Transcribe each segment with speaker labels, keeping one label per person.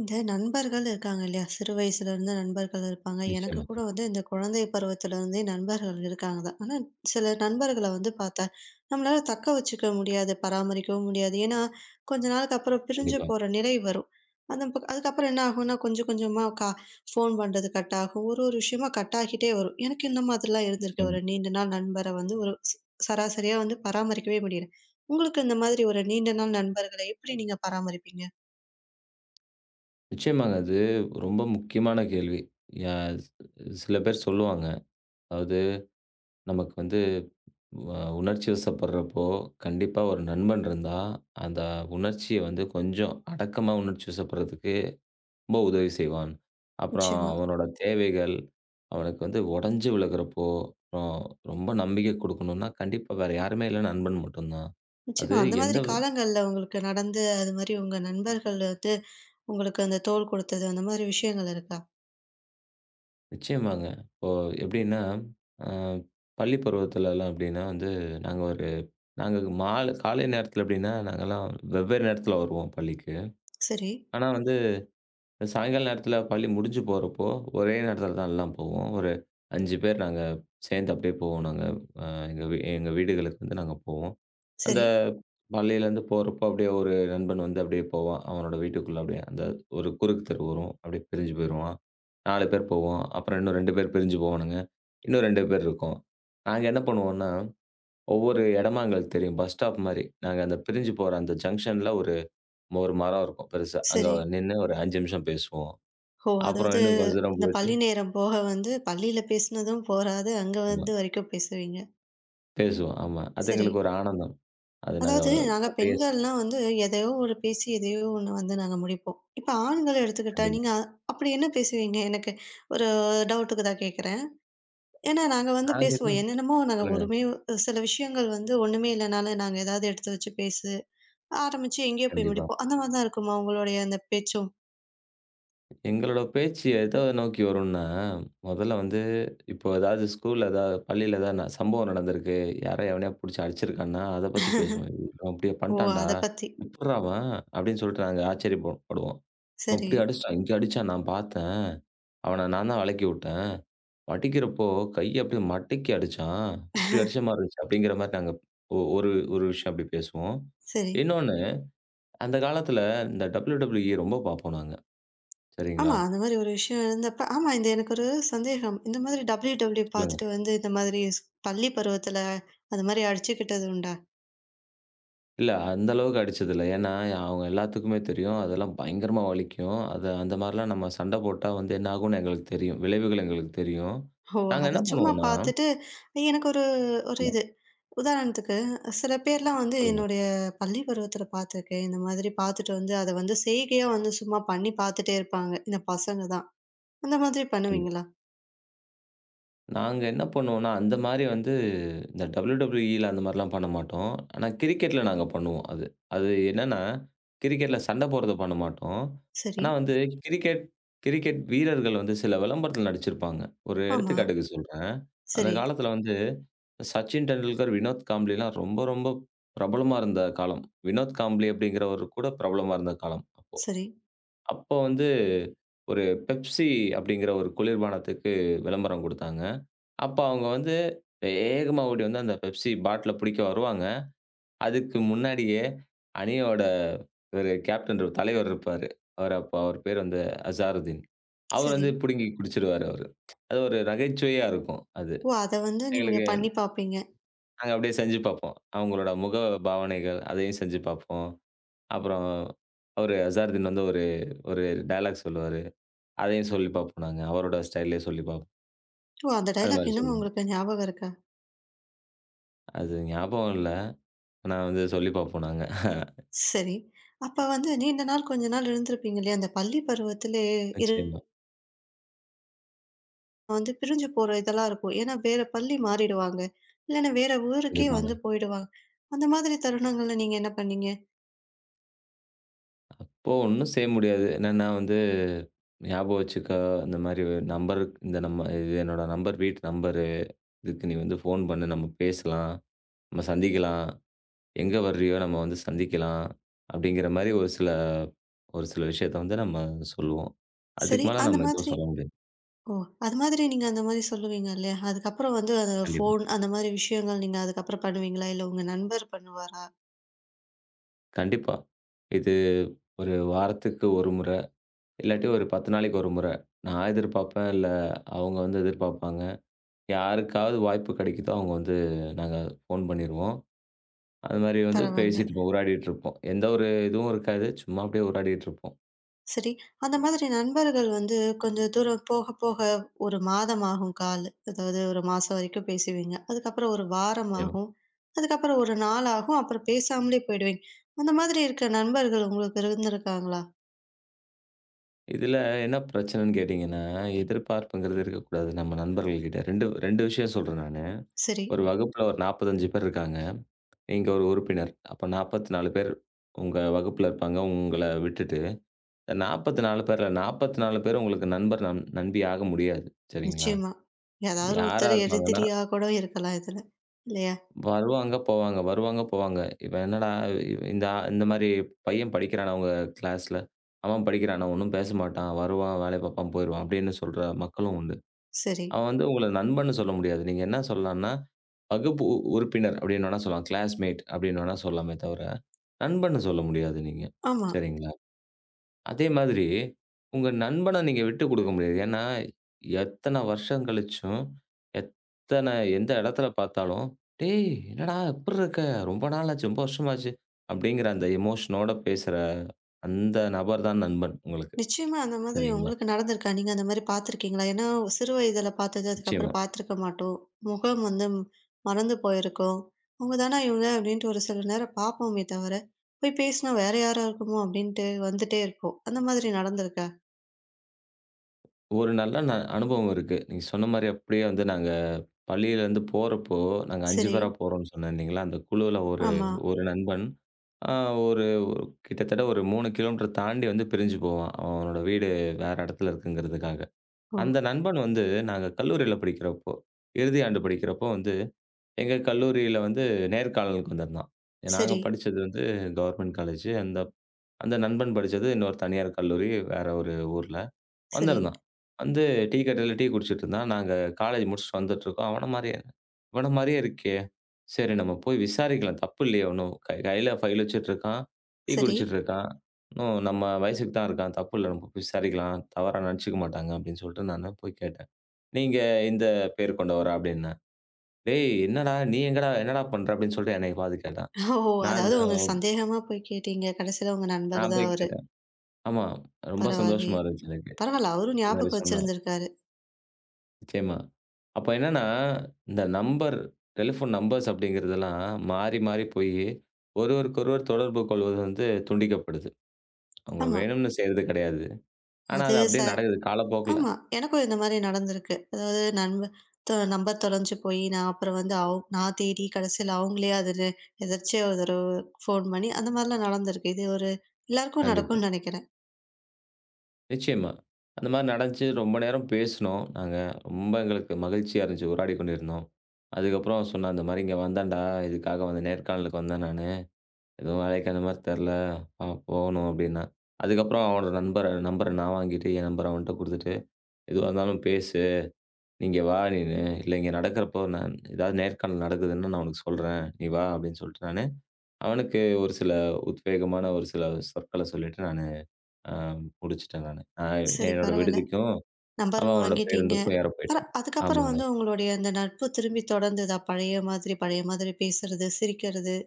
Speaker 1: இந்த நண்பர்கள் இருக்காங்க இல்லையா? சிறு வயசுலேருந்து நண்பர்கள் இருப்பாங்க. எனக்கு
Speaker 2: நிச்சயமாங்க.
Speaker 1: கூட வந்து இந்த குழந்தை பருவத்திலேருந்தே நண்பர்கள் இருக்காங்க தான். ஆனா, சில நண்பர்கள வந்து பார்த்தா, நம்மளால தக்க வச்சுக்க முடியாது, பராமரிக்கவும் முடியாது. ஏன்னா, கொஞ்ச நாளுக்கு அப்புறம் பிரிஞ்சு
Speaker 2: கண்டிப்பா.
Speaker 1: போற நிலை வரும். அந்த ப அதுக்கப்புறம் என்ன ஆகும்னா, கொஞ்சம் கொஞ்சமா ஃபோன் பண்றது கட் ஆகும். ஒரு ஒரு விஷயமா கட் ஆகிட்டே வரும். எனக்கு இந்த மாதிரிலாம் இருந்திருக்கு.
Speaker 2: நிச்சயமா.
Speaker 1: ஒரு நீண்ட நாள் நண்பர வந்து ஒரு ஸ் சராசரியா வந்து பராமரிக்கவே முடியல. உங்களுக்கு இந்த மாதிரி ஒரு நீண்ட நாள் நண்பர்கள எப்படி நீங்க பராமரிப்பீங்க?
Speaker 2: நிச்சயமாங்க. அது ரொம்ப முக்கியமான கேள்வி. ய சில பேர் சொல்லுவாங்க. அதாவது நமக்கு வந்து வ உணர்ச்சி வசப்படுறப்போ, கண்டிப்பா ஒரு நண்பன் இருந்தா, அந்த உணர்ச்சிய வந்து கொஞ்சம் அடக்கமா உணர்ச்சி வசப்படுறதுக்கு ரொம்ப உதவி செய்வான். அப்புறம்
Speaker 1: நிச்சயமா.
Speaker 2: அவனோட தேவைகள், அவனுக்கு வந்து உடைஞ்சு விழுகுறப்போ, அப்புறம் ரொம்ப நம்பிக்கை குடுக்கணும்னா, கண்டிப்பா வேற யாருமே இல்ல நண்பன் மட்டும் தான்.
Speaker 1: நிச்சயமா.
Speaker 2: அது
Speaker 1: அந்த
Speaker 2: எந்த
Speaker 1: மாதிரி காலங்கள்ல உங்களுக்கு நடந்து, அது மாரி உங்க நண்பர்கள் வந்து உங்களுக்கு அந்த தோள் கொடுத்தது, அந்த மாதிரி விஷயங்கள் இருக்கா?
Speaker 2: நிச்சயமாங்க. இப்போ எப்படின்னா, அ பள்ளி பருவத்துலலாம் எப்படின்னா வந்து, நாங்க ஒரு நாங்க மாலை காலை நேரத்தில எப்படின்னா, நாங்கலாம் வெவ்வேறு நேரத்தில வருவோம் பள்ளிக்கு.
Speaker 1: சரி,
Speaker 2: ஆனா வந்து, சாயங்கால நேரத்தில பள்ளி முடிஞ்சு போறப்போ, ஒரே நேரத்தில தான் எல்லாம் போவோம். ஒரு 5 பேர் நாங்க சேர்ந்து அப்படியே போவோம் நாங்க. அ எங்க வீடுகளுக்கு வந்து நாங்க போவோம். அந்த
Speaker 1: சரி,
Speaker 2: பள்ளியிலேருந்து போறப்போ அப்படியே ஒரு நண்பன் வந்து அப்படியே போவான். அவனோட வீட்டுக்குள்ள அப்படியே அந்த ஒரு குறுக்கு தெரு வரும். அப்படியே பிரிஞ்சு போயிருவான். 4 பேர் போவோம். அப்புறம் இன்னும் 2 பேர் பிரிஞ்சு போவானுங்க. இன்னும் 2 பேர் இருக்கோம். நாங்க என்ன பண்ணுவோம்னா, ஒவ்வொரு இடமா எங்களுக்கு தெரியும். பஸ் ஸ்டாப் மாரி. நாங்க அந்த பிரிஞ்சு போற அந்த ஜங்ஷன்ல ஒரு ஒரு மரம் இருக்கும் பெருசா. அங்க
Speaker 1: சரி.
Speaker 2: நின்னு ஒரு 5 நிமிஷம் பேசுவோம்.
Speaker 1: ஓ!
Speaker 2: அப்புறம்
Speaker 1: அதாவது
Speaker 2: இன்னும் கொஞ்ச தூரம்
Speaker 1: இந்த
Speaker 2: போயிட்டு
Speaker 1: பள்ளி நேரம் போக வந்து பள்ளியில பேசினதும் போராது, அங்க
Speaker 2: ஆமா.
Speaker 1: வந்து வரைக்கும் பேசுவீங்க.
Speaker 2: பேசுவோம். ஆமா. அது
Speaker 1: சரி.
Speaker 2: எங்களுக்கு ஒரு ஆனந்தம். அது நாங்க
Speaker 1: அதாவது நாங்க
Speaker 2: அப்படியே
Speaker 1: பெண்கள்லாம் வந்து எதையோ ஒரு பேசி, எதையோ ஒண்ணு வந்து நாங்க முடிப்போம். இப்ப ஆண்கள எடுத்துக்கிட்டா,
Speaker 2: கண்டிப்பா.
Speaker 1: நீங்க அப்படி என்ன பேசுவீங்க? எனக்கு ஒரு டவுட்டுக்கு தான் கேட்கிறேன். ஏன்னா, நாங்க வந்து
Speaker 2: நாங்க என்ன
Speaker 1: பேசுவோம். என்னென்னமோ நாங்க
Speaker 2: சொல்லுங்க.
Speaker 1: ஒருமே சில விஷயங்கள் வந்து ஒண்ணுமே இல்லனாலும், நாங்க ஏதாவது எடுத்து வச்சு ஆரம்பிச்சு எங்கேயோ போய்
Speaker 2: கண்டிப்பா.
Speaker 1: முடிப்போம். அந்த மாரி தான் இருக்குமா உங்களுடைய அந்த பேச்சும்?
Speaker 2: எங்களோட பேச்சு எத நோக்கி வரும்னா, முதல்ல வந்து இப்போ ஏதாவது ஸ்கூல்ல ஏதாவது பள்ளியில ஏதாவது சம்பவம் நடந்திருக்கு. யாரோ எவனையோ புடிச்சு அடிச்சிருக்கான்னா, அத பத்தி பேசுவோம். "ஏய், இவன் இப்படியா
Speaker 1: ஓ!
Speaker 2: பண்ட்டான்டா,
Speaker 1: அத பத்தி.
Speaker 2: எப்புட்றா அவன்?" அப்படின்னு சொல்லிட்டு நாங்க ஆச்சரியப்ப படுவோம். "இவன்
Speaker 1: சரி,
Speaker 2: இப்படி அடிச்சிட்டான், இங்க அடிச்சான். நான் பார்த்தேன். அவன நான் தான் வெலக்கி விட்டேன். அடிக்கிறப்போ கைய அப்படியே மடக்கி அடிச்சான். இப்படி அடிச்ச மாரி இருந்துச்சு." அப்படிங்கிற மாரி நாங்க ஒரு ஒரு விஷயம் அப்படி பேசுவோம்.
Speaker 1: சரி.
Speaker 2: இன்னொன்னு, அந்த காலத்தில இந்த WWE ரொம்ப பார்ப்போம் நாங்க. சரிங்களா?
Speaker 1: ஆமா. அந்த மாரி ஒரு விஷயம் இருந்தப்ப ஆமா இந்த எனக்கு ஒரு சந்தேகம். இந்த மாதிரி WW
Speaker 2: சொல்லுங்க.
Speaker 1: பார்த்துட்டு வந்து இந்த மாதிரி பள்ளி பருவத்தில அது மாரி அடிச்சுக்கிட்டது உண்டா?
Speaker 2: இல்ல. அந்த அளவுக்கு அடிச்சதில்ல. ஏன்னா, அவங்க எல்லாத்துக்குமே தெரியும். அதெல்லாம் பயங்கரமா வலிக்கும். அது அந்த மாரிலாம் நம்ம சண்ட போட்டா வந்து என்ன ஆகும்ன்னு எங்களுக்கு தெரியும். விளைவுகள் எங்களுக்கு தெரியும்.
Speaker 1: ஓ!
Speaker 2: நாங்க
Speaker 1: அத
Speaker 2: என்ன
Speaker 1: சும்மா
Speaker 2: பண்ணுவோம்ன்னா
Speaker 1: பார்த்துட்டு எனக்கு ஒரு ஒரு
Speaker 2: ஆமா.
Speaker 1: இது. உதாரணத்துக்கு, சில பேர்லாம் வந்து
Speaker 2: சொல்லுங்க.
Speaker 1: என்னுடைய பள்ளி பருவத்தில பார்த்துருக்கேன். இந்த மாதிரி பார்த்துட்டு வந்து, அத வந்து செய்கையா வந்து சும்மா பண்ணி பார்த்துட்டே இருப்பாங்க. இந்த பசங்க தான். அந்த மாதிரி
Speaker 2: கண்டிப்பா.
Speaker 1: பண்ணுவீங்களா?
Speaker 2: நாங்க என்ன பண்ணுவோம்ன்னா, அந்த மாரி வந்து இந்த WWEல அந்த மாரிலாம் பண்ண மாட்டோம். ஆனா கிரிக்கெட்ல நாங்க பண்ணுவோம் அது. அது என்னன்னா, கிரிக்கெட்ல சண்ட போடுறத பண்ண மாட்டோம்.
Speaker 1: சரி,
Speaker 2: ஆனா வந்து கிரிக்கெட் கிரிக்கெட் வீரர்கள் வந்து சில விளம்பரத்தில நடிச்சிருப்பாங்க. ஒரு
Speaker 1: ஆமா,
Speaker 2: எடுத்துக்காட்டுக்கு சொல்றேன். அந்த
Speaker 1: சரி,
Speaker 2: காலத்தில வந்து சச்சின் டெண்டுல்கர், வினோத் காம்ப்ளிலாம் ரொம்ப, ரொம்ப பிரபலமா இருந்த காலம். வினோத் காம்ப்ளி அப்படிங்கிறவரு கூட பிரபலமா இருந்த காலம் அப்போ.
Speaker 1: சரி,
Speaker 2: அப்போ வந்து ஒரு பெப்சி அப்படிங்கிற ஒரு குளிர்பானத்துக்கு விளம்பரம் குடுத்தாங்க. அப்ப அவங்க வந்து வேகமா ஓடி வந்து அந்த பெப்சி பாட்டில பிடிக்க வருவாங்க. அதுக்கு முன்னாடியே அணியோட ஒரு கேப்டன் ஒரு தலைவர் இருப்பாரு. அவரு அப்ப அவர் பேர் வந்து அசாருதீன். அவர்
Speaker 1: சரி.
Speaker 2: வந்து பிடுங்கி குடிச்சிருவாரு அவரு. அது ஒரு நகைச்சுவையா இருக்கும் அது.
Speaker 1: ஓ! அத வந்து நீங்க
Speaker 2: எங்களுக்கு
Speaker 1: பண்ணி பார்ப்பீங்க.
Speaker 2: நாங்க அப்படியே செஞ்சு பார்ப்போம். அவங்களோட முக பாவனைகள் அதையும் செஞ்சு பார்ப்போம். அப்புறம் அவரு அசாருதீன் வந்து ஒரு ஒரு டயலாக் சொல்லுவாரு. அதையும் சொல்லி பார்ப்போம் நாங்க. அவரோட ஸ்டைல்லயே சொல்லி பார்ப்போம்.
Speaker 1: ஓ! அந்த
Speaker 2: அது
Speaker 1: டயலாக்
Speaker 2: மாரி
Speaker 1: இன்னமும்
Speaker 2: சொல்லுவோம்.
Speaker 1: உங்களுக்கு ஞாபகம் இருக்கா?
Speaker 2: அது ஞாபகம் இல்ல. ஆனா வந்து சொல்லி பார்ப்போம் நாங்க.
Speaker 1: சரி. அப்ப வந்து நீண்ட நாள் கொஞ்ச நாள் இருந்திருப்பீங்க இல்லையா? அந்த பள்ளி பருவத்திலே இரு
Speaker 2: நிச்சயமா.
Speaker 1: வந்து பிரிஞ்சு போற இதெல்லாம் இருக்கும். ஏன்னா வேற பள்ளி மாறிடுவாங்க. இல்லன்னா வேற ஊருக்கே
Speaker 2: கண்டிப்பாங்க.
Speaker 1: வந்து போயிடுவாங்க. அந்த மாதிரி தருணங்கள்ல நீங்க என்ன பண்ணீங்க?
Speaker 2: இப்போ ஒண்ணும் செய்ய முடியாது. என்னன்னா வந்து ஞாபகம் வச்சுக்க இந்த மாரி நம்பர் இந்த நம்ம இது என்னோட நம்பர் வீட்டு நம்பரு. இதுக்கு நீ வந்து ஃபோன் பண்ணு. நம்ம பேசலாம். நம்ம சந்திக்கலாம். எங்க வர்றியோ நம்ம வந்து சந்திக்கலாம். அப்படிங்கிற மாரி ஒரு சில ஒரு சில விஷயத்த வந்து நம்ம சொல்லுவோம். அதுக்கு
Speaker 1: சரி.
Speaker 2: மேல
Speaker 1: அந்த
Speaker 2: நம்ம எதுவும்
Speaker 1: மாதிரி
Speaker 2: சொல்ல முடியாது.
Speaker 1: ஓ! அது மாதிரி நீங்க அந்த மாதிரி சொல்லுவீங்க இல்லையா? அதுக்கப்புறம் வந்து அது
Speaker 2: கண்டிப்பா.
Speaker 1: ஃபோன் அந்த மாதிரி விஷயங்கள் நீங்க அதுக்கப்புறம் பண்ணுவீங்களா? இல்ல உங்க நண்பர் பண்ணுவாரா?
Speaker 2: கண்டிப்பா. இது ஒரு வாரத்துக்கு 1 முறை, இல்லாட்டி ஒரு 10 நாளைக்கு 1 முறை. நான் எதிர்பார்ப்பேன், இல்ல அவங்க வந்து எதிர்பார்ப்பாங்க. யாருக்காவது வாய்ப்பு கிடைக்குதோ அவங்க வந்து நாங்க ஃபோன் பண்ணிருவோம். அது மாரி வந்து
Speaker 1: பரவால்ல.
Speaker 2: பேசிட்டுப்போம், உரையாடிட்டு இருப்போம். எந்த ஒரு இதுவும் இருக்காது. சும்மா அப்படியே உரையாடிட்டு இருப்போம்.
Speaker 1: சரி. அந்த மாதிரி நண்பர்கள் வந்து கொஞ்சம் தூரம் போக போக ஒரு மாதம் ஆகும் கால். அதாவது ஒரு மாசம் வரைக்கும் பேசுவீங்க. அதுக்கப்புறம் ஒரு வாரம் ஆகும். அதுக்கப்புறம் ஒரு நாள் ஆகும். அப்புறம் பேசாமலே போயிடுவீங்க. அந்த மாதிரி இருக்க நண்பர்கள் உங்களுக்கு இருந்திருக்காங்களா?
Speaker 2: இதுல என்ன பிரச்சனைன்னு கேட்டீங்கன்னா, எதிர்பார்ப்புங்கிறது இருக்கக்கூடாது நம்ம நண்பர்கள்கிட்ட. 2 விஷயம் சொல்றேன் நானு.
Speaker 1: சரி.
Speaker 2: ஒரு வகுப்புல ஒரு 45 பேர் இருக்காங்க. நீங்க ஒரு உறுப்பினர். அப்ப 44 பேர் உங்க வகுப்புல இருப்பாங்க. உங்கள விட்டுட்டு, இந்த 44 பேர்ல 44 பேர் உங்களுக்கு நண்பர் நம் நண்பி ஆக முடியாது. சரிங்களா?
Speaker 1: நிச்சயமா. யாராவது
Speaker 2: யாரா
Speaker 1: ஒருத்தர்
Speaker 2: இருப்பாங்கன்னா,
Speaker 1: எதிரியா கூட இருக்கலாம் இதுல. இல்லையா?
Speaker 2: வருவாங்க, போவாங்க. வருவாங்க, போவாங்க. இவன் என்னடா இவ இந்த ஆ இந்த மாரி பையன் படிக்கிறானா உங்க கிளாஸ்ல? அவன் படிக்கிறானா? ஒண்ணும் பேச மாட்டான். வருவான், வேலைய பார்ப்பான், போயிருவான். அப்படின்னு சொல்ற மக்களும் உண்டு.
Speaker 1: சரி.
Speaker 2: அவன் வந்து உங்கள நண்பன்னு சொல்ல முடியாது. நீங்க என்ன சொல்லலாம்ன்னா, வகுப்பு உ உறுப்பினர் அப்படின்னு வேணா சொல்லலாம். கிளாஸ்மேட் அப்படின்னு வேணா சொல்லலாமே தவிர, நண்பன்னு சொல்ல முடியாது நீங்க.
Speaker 1: ஆமா.
Speaker 2: சரிங்களா? அதே மாதிரி உங்க நண்பன நீங்க விட்டுக் குடுக்க முடியாது. ஏன்னா, எத்தன வருஷம் கழிச்சும், எத்தன எந்த இடத்துல பார்த்தாலும், "டேய், என்னடா எப்புட்றா இருக்க? ரொம்ப நாள் ஆச்சு, ரொம்ப வருஷமாச்சு." அப்படிங்கிற அந்த எமோஷனோட பேசுற அந்த நபர் தான் நண்பன் உங்களுக்கு.
Speaker 1: நிச்சயமா அந்த மாதிரி
Speaker 2: சரிங்களா?
Speaker 1: உங்களுக்கு நடந்திருக்கா? நீங்க அந்த மாரி பார்த்துருக்கீங்களா? ஏன்னா சிறு வயதில பார்த்தது,
Speaker 2: நிச்சயமா.
Speaker 1: அதுக்கப்புறம் பார்த்துருக்க மாட்டோம். முகம் வந்து மறந்து போயிருக்கும். "அவங்க தானா இவங்க" அப்படின்ட்டு ஒரு சில நேரம் பார்ப்போமே தவிர, போய் பேசினா வேற யாரோ இருக்குமோ அப்படின்ட்டு வந்துட்டே இருப்போம். அந்த மாதிரி நடந்திருக்கா?
Speaker 2: ஒரு நல்ல அனுபவம் இருக்கு. நீங்க சொன்ன மாரி அப்படியே வந்து நாங்க பள்ளியிலேருந்து போறப்போ, நாங்க 5
Speaker 1: சரி.
Speaker 2: பேரா போறோம்ன்னு சொன்னேன் இல்லைங்களா? அந்த குழுவுல ஒரு
Speaker 1: ஆமா.
Speaker 2: ஒரு நண்பன், அ ஒரு கிட்டத்தட்ட ஒரு 3 கிலோமீட்டர் தாண்டி வந்து பிரிஞ்சு போவான். அவனோட வீடு வேற இடத்துல இருக்குங்கிறதுக்காக.
Speaker 1: ஓ!
Speaker 2: அந்த நண்பன் வந்து நாங்க கல்லூரியில படிக்கிறப்போ, இறுதி ஆண்டு படிக்கிறப்போ வந்து, எங்க கல்லூரியில வந்து நேர்காணலுக்கு வந்திருந்தான். நாங்க
Speaker 1: சரி,
Speaker 2: படிச்சது வந்து கவர்மெண்ட் காலேஜ். அந்த அந்த நண்பன் படிச்சது இன்னொரு தனியார் கல்லூரி, வேற ஒரு ஊர்ல.
Speaker 1: சரி,
Speaker 2: வந்திருந்தான். வந்து டீ கடையில டீ குடிச்சிட்டு இருந்தான். நாங்க காலேஜ் முடிச்சுட்டு வந்துட்டுருக்கோம். அவன மாரியே இவன மாரியே இருக்கே! சரி, நம்ம போய் விசாரிக்கலாம். தப்பு இல்லையே ஒண்ணும். கையில ஃபைல் வச்சுட்டு இருக்கான். டீ
Speaker 1: சரி.
Speaker 2: குடிச்சிட்டு இருக்கான். இன்னும் நம்ம வயசுக்கு தான் இருக்கான். தப்பு இல்ல. நம்ம போய் விசாரிக்கலாம். தவறா நெனச்சுக்க மாட்டாங்க அப்படின்னு சொல்லிட்டு நானு போய் கேட்டேன். "நீங்க இந்த பேர் கொண்டவரா?" அப்படின்னேன். "டேய்! என்னடா நீ எங்கடா என்னடா பண்ற?" அப்படின்னு சொல்லிட்டு என்னைய பாத்து கேட்டான்.
Speaker 1: ஓ!
Speaker 2: நான்
Speaker 1: அதாவது உங்க சந்தேகமா போய் கேட்டீங்க. கடைசியில உங்க நண்பர்
Speaker 2: நான்
Speaker 1: தான்
Speaker 2: போய்
Speaker 1: அவரு.
Speaker 2: கேட்டேன். ஆமா. ரொம்ப
Speaker 1: பரவாயில்லயே!
Speaker 2: சந்தோஷமா இருந்துச்சு எனக்கு.
Speaker 1: பரவால்ல அவரும்
Speaker 2: இந்த மாரி
Speaker 1: ஞாபகம்
Speaker 2: சொன்னா.
Speaker 1: வச்சிருந்திருக்காரு.
Speaker 2: நிச்சயமா. அப்ப என்னன்னா, இந்த நம்பர், டெலிஃபோன் நம்பர்ஸ் அப்படிங்கிறதெல்லாம் மாறி, மாறி போயி ஒருவருக்கொருவர் தொடர்பு கொள்வது வந்து துண்டிக்கப்படுது. அவங்க
Speaker 1: ஆமா.
Speaker 2: வேணும்னு செய்றது கிடையாது. ஆனா,
Speaker 1: அது
Speaker 2: அது
Speaker 1: ச
Speaker 2: அப்படியே நடக்குது காலப்போக்குல.
Speaker 1: ஆமா. எனக்கும் இந்த மாரி நடந்திருக்கு. அதாவது நண்ப தொ நம்பர் தொலைஞ்சு போயி, நான் அப்புறம் வந்து நான் தேடி கடைசியில அவங்களே அதுல எதர்ச்சியா ஒரு தடவ ஃபோன் பண்ணி, அந்த மாரிலாம் நடந்திருக்கு. இது ஒரு எல்லாருக்கும்
Speaker 2: கண்டிப்பா.
Speaker 1: நடக்கும்னு நெனைக்கிறேன்.
Speaker 2: நிச்சயமா. அந்த மாரி நடந்துச்சு. ரொம்ப நேரம் பேசுனோம் நாங்க. ரொம்ப எங்களுக்கு மகிழ்ச்சியா இருந்துச்சு. உரையாடிக் கொண்டிருந்தோம். அதுக்கப்புறம் சொன்னேன், "அந்த மாரி இங்க வந்தேன்டா. இதுக்காக வந்து நேர்காணலுக்கு வந்தேன் நானு." எதுவும் வேலைக்கு அந்த மாரி தெர்ல. போகணும் அப்டின்னா. அதுக்கப்புறம் அவனோட நம்பர நான் வாங்கிட்டு, என் நம்பர அவன்ட்ட குடுத்துட்டு, "எதுவா இருந்தாலும் பேசு. நீ இங்க வா நீனு. இல்ல இங்க நடக்கிறப்போ நான் ஏதாவது நேர்காணல் நடக்குதுன்னா நான் உனக்கு சொல்றேன். நீ வா" அப்படின்னு சொல்லிட்டு நானு அவனுக்கு ஒரு சில உத்வேகமான ஒரு சில சொற்கள சொல்லிட்டு நானு அ முடிச்சுட்டேன் நானு.
Speaker 1: சரி
Speaker 2: என்னோட
Speaker 1: பரவால்ல.
Speaker 2: விடுதிக்கும்,
Speaker 1: நம்பரும்
Speaker 2: அவனோட
Speaker 1: வாங்கிட்டீங்க.
Speaker 2: பேருந்துக்கும் ஏற
Speaker 1: அப்புறம்
Speaker 2: போயிட்டான்.
Speaker 1: அதுக்கப்புறம்
Speaker 2: ஆமாங்க.
Speaker 1: வந்து உங்களுடைய அந்த நட்பு திரும்பி தொடர்ந்ததா? பழைய மாதிரி பழைய மாதிரி பேசுறது, சிரிக்கிறது,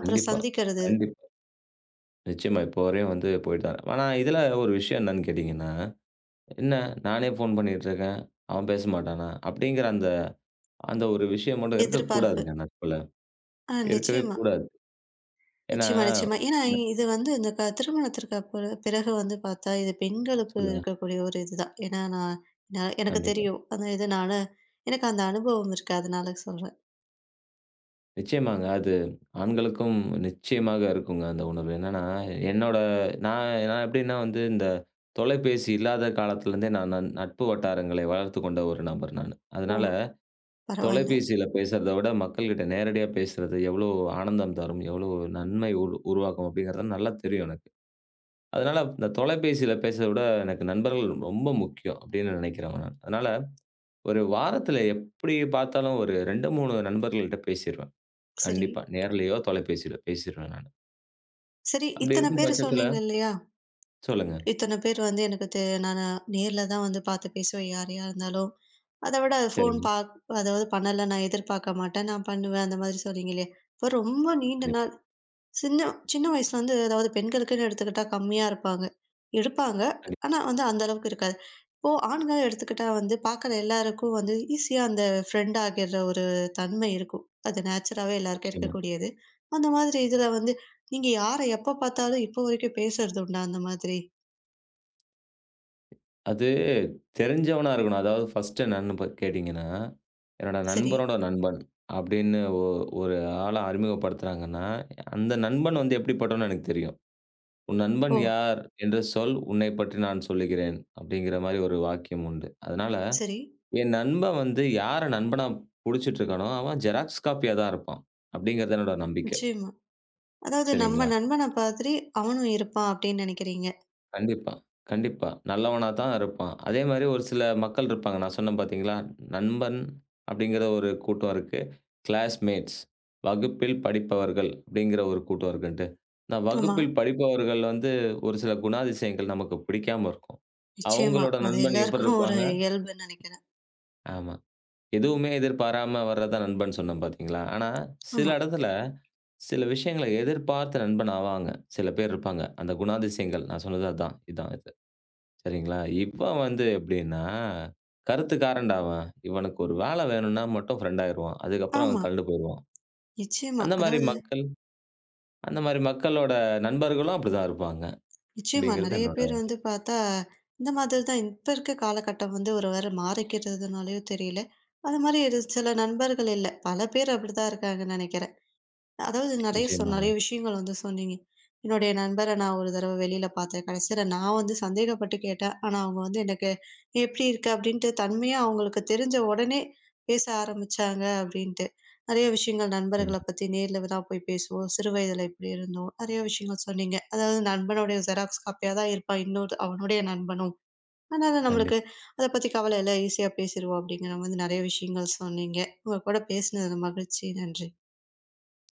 Speaker 1: அப்புறம்
Speaker 2: கண்டிப்பா,
Speaker 1: சந்திக்கிறது,
Speaker 2: கண்டிப்பா. நிச்சயமா. இப்போ வரையும் வந்து போயிட்டு தான். ஆனா, இதுல ஒரு விஷயம் என்னன்னு கேட்டீங்கன்னா என்ன நானே ஃபோன் பண்ணிட்டுருக்கேன். அவன் பேச மாட்டானா? அப்படிங்கிற அந்த அந்த ஒரு விஷயம் மட்டும்
Speaker 1: எதிர்பார்ப்பு.
Speaker 2: இருக்கக்கூடாதுங்க நட்புல.
Speaker 1: ஆ
Speaker 2: இருக்கவே
Speaker 1: நிச்சயமா.
Speaker 2: கூடாது. ஏன்னா
Speaker 1: நிச்சயமா, நிச்சயமா. ஏன்னா,
Speaker 2: ம்.
Speaker 1: இது வந்து இந்த திருமணத்திற்கு அப்புற பிறகு வந்து பார்த்தா, இது பெண்களுக்கு
Speaker 2: சொல்லுங்க.
Speaker 1: இருக்கக்கூடிய ஒரு இதுதான். ஏன்னா, நான் நான் எனக்கு
Speaker 2: கண்டிப்பா.
Speaker 1: தெரியும். அந்த இதனால எனக்கு அந்த அனுபவம் இருக்கு. அதனால சொல்றேன்.
Speaker 2: நிச்சயமாங்க. அது ஆண்களுக்கும் நிச்சயமாக இருக்குங்க அந்த உணர்வு. என்னன்னா, என்னோட நான் நான் எப்படின்னா வந்து இந்த தொலைபேசி இல்லாத காலத்துலருந்தே நான் நட்பு வட்டாரங்களை வளர்த்துக் கொண்ட ஒரு நபர் நானு.
Speaker 1: ஓ!
Speaker 2: அதனால
Speaker 1: பரவால்ல.
Speaker 2: தொலைபேசியில பேசுறத விட மக்கள்கிட்ட நேரடியா பேசுறது எவ்வளோ ஆனந்தம் தரும், எவ்வளோ நன்மை உருவாக்கும் அப்படிங்கிறது நல்லா தெரியும் எனக்கு. அதனால இந்த தொலைபேசியில பேசுறத விட எனக்கு நண்பர்கள் ரொம்ப முக்கியம் அப்படின்னு நினைக்கிறவன் நான். அதனால ஒரு வாரத்துல எப்படி பார்த்தாலும் ஒரு 2, 3 நண்பர்கள்ட்ட பேசிருவேன்.
Speaker 1: சரி.
Speaker 2: கண்டிப்பா. நேர்லயோ, தொலைபேசியில பேசிருவேன் நானு.
Speaker 1: சரி,
Speaker 2: அப்படி
Speaker 1: இத்தன
Speaker 2: இருக்கும்
Speaker 1: பேர்
Speaker 2: பட்சத்துல
Speaker 1: சொன்னீங்க இல்லையா?
Speaker 2: சொல்லுங்க.
Speaker 1: இத்தன பேர் வந்து எனக்கு நானு நேர்ல தான் வந்து பார்த்து பேசுவேன் யாரையா இருந்தாலும். அத விட ஃபோன்
Speaker 2: சரிங்க.
Speaker 1: பாக் அதாவது பண்ணல நான் எதிர்பார்க்க மாட்டேன். நான் பண்ணுவேன் அந்த மாதிரி சொன்னீங்க இல்லையா? இப்போ ரொம்ப நீண்ட
Speaker 2: கண்டிப்பா.
Speaker 1: நாள் சின்ன சின்ன வயசுலருந்து அதாவது பெண்களுக்குன்னு எடுத்துக்கிட்டா கம்மியா இருப்பாங்க. எடுப்பாங்க. ஆனா வந்து அந்த அளவுக்கு இருக்காது. இப்போ ஆண்கள எடுத்துக்கிட்டா வந்து பார்க்குற எல்லாருக்கும் வந்து ஈஸியா அந்த ஃப்ரெண்ட் ஆகிற ஒரு தன்மை இருக்கும். அது நேச்சராவே எல்லாருக்கும்
Speaker 2: நிச்சயமா.
Speaker 1: இருக்கக்கூடியது. அந்த மாதிரி இதுல வந்து நீங்க யார எப்ப பார்த்தாலும் இப்போ வரைக்கும் பேசுறது உண்டா அந்த மாதிரி?
Speaker 2: அது தெரிஞ்சவனா இருக்கணும். அதாவது ஃபர்ஸ்ட் என்னன்னு கேட்டீங்கன்னா, என்னோட
Speaker 1: சரி.
Speaker 2: நண்பனோட நண்பன் அப்படின்னு ஒரு ஆள அறிமுகப்படுத்துறாங்கன்னா, அந்த நண்பன் வந்து எப்படிப்பட்டவன்னு எனக்கு தெரியும். உன் நண்பன்
Speaker 1: ஓ!
Speaker 2: யார் என்று சொல், உன்னைப் பற்றி நான் சொல்லுகிறேன். அப்படிங்கிற மாரி ஒரு வாக்கியம் உண்டு. அதனால,
Speaker 1: சரி.
Speaker 2: என் நண்பன் வந்து யார நண்பனா புடிச்சிட்டு இருக்கானோ, அவன் ஜெராக்ஸ் காப்பியா தான் இருப்பான். அப்படிங்கிறது என்னோட நம்பிக்கை.
Speaker 1: நிச்சயமா. அதாவது நம்ம
Speaker 2: சரிங்களா?
Speaker 1: நண்பன மாதிரி அவனும் இருப்பான் அப்படின்னு நினைக்கிறீங்க.
Speaker 2: கண்டிப்பா, கண்டிப்பா. நல்லவனா தான் இருப்பான். அதே மாரி ஒரு சில மக்கள் இருப்பாங்க. நான் சொன்னேன் பார்த்தீங்களா? நண்பன் அப்படிங்கிற ஒரு கூட்டம் இருக்கு. கிளாஸ்மேட்ஸ் வகுப்பில் படிப்பவர்கள் அப்படிங்கிற ஒரு கூட்டம் இருக்குன்ட்டு. நான்
Speaker 1: ஆமா.
Speaker 2: வகுப்பில் படிப்பவர்கள் வந்து ஒரு சில குணாதிசயங்கள் நமக்கு பிடிக்காம இருக்கும்.
Speaker 1: நிச்சயமா.
Speaker 2: அவங்களோட
Speaker 1: அது
Speaker 2: நண்பன் எப்படி
Speaker 1: எல்லாருக்கும் ஒரு
Speaker 2: இருப்பாங்க?
Speaker 1: இயல்புன்னு நினைக்கிறேன்.
Speaker 2: ஆமா. எதுவுமே எதிர்பாராம வர்றது தான் நண்பன் சொன்னேன் பார்த்தீங்களா? ஆனா, சில
Speaker 1: ஆமா,
Speaker 2: இடத்துல சில விஷயங்கள எதிர்பார்த்து நண்பன் ஆவாங்க. சில பேர் இருப்பாங்க. அந்த குணாதிசயங்கள் நான் சொன்னது அதான். இதான் இது. சரிங்களா? இவன் வந்து எப்படின்னா, கருத்துக்காரன்டா அவன். இவனுக்கு ஒரு வேலை வேணும்னா மட்டும் ஃப்ரெண்ட் ஆயிருவான். அதுக்கப்புறம்
Speaker 1: ஆமா.
Speaker 2: கழண்டு போயிருவான்.
Speaker 1: நிச்சயமா.
Speaker 2: அந்த மாரி
Speaker 1: அதாவது
Speaker 2: மக்கள் அந்த மாரி மக்களோட நண்பர்களும் அப்படிதான் இருப்பாங்க.
Speaker 1: நிச்சயமா
Speaker 2: அப்படிங்கிறது
Speaker 1: நெறைய
Speaker 2: என்னோட
Speaker 1: பேர் வந்து பார்த்தா, இந்த மாதிரி தான் இப்ப இருக்க காலகட்டம் வந்து ஒரு வேள மாறிக்கிறதுனாலயோ தெரியல. அது மாரி ஒரு சில நண்பர்கள் இல்ல. பல பேர் அப்படித்தான் இருக்காங்கன்னு நெனைக்கிறேன். அதாவது நெறைய
Speaker 2: நிச்சயமாங்க.
Speaker 1: நெறைய விஷயங்கள் வந்து சொன்னீங்க. என்னுடைய நண்பர நான் ஒரு தடவ வெளியில பார்த்தேன். கடைசியில நான் வந்து சந்தேகப்பட்டு கேட்டேன். ஆனா, அவங்க வந்து எனக்கு "எப்படி இருக்க?" அப்படின்ட்டு தன்மையா அவங்களுக்கு தெரிஞ்ச உடனே பேச ஆரம்பிச்சாங்க அப்படின்ட்டு. நெறைய விஷயங்கள் நண்பர்கள
Speaker 2: நிச்சயமா.
Speaker 1: பத்தி நேர்ல தான் போய் பேசுவோம். சிறு வயதில இப்படி இருந்தோம். நெறைய விஷயங்கள் சொன்னீங்க. அதாவது நண்பனுடைய ஜெராக்ஸ் காப்பியா தான் இருப்பான் இன்னொரு அவனுடைய நண்பனும். அதனால நம்மளுக்கு
Speaker 2: கண்டிப்பா.
Speaker 1: அத பத்தி கவல இல்ல. ஈஸியா பேசிருவோம் அப்படிங்கிற மாதிரி நெறைய விஷயங்கள் சொன்னீங்க. உங்க கூட பேசினதுல மகிழ்ச்சி. நன்றி.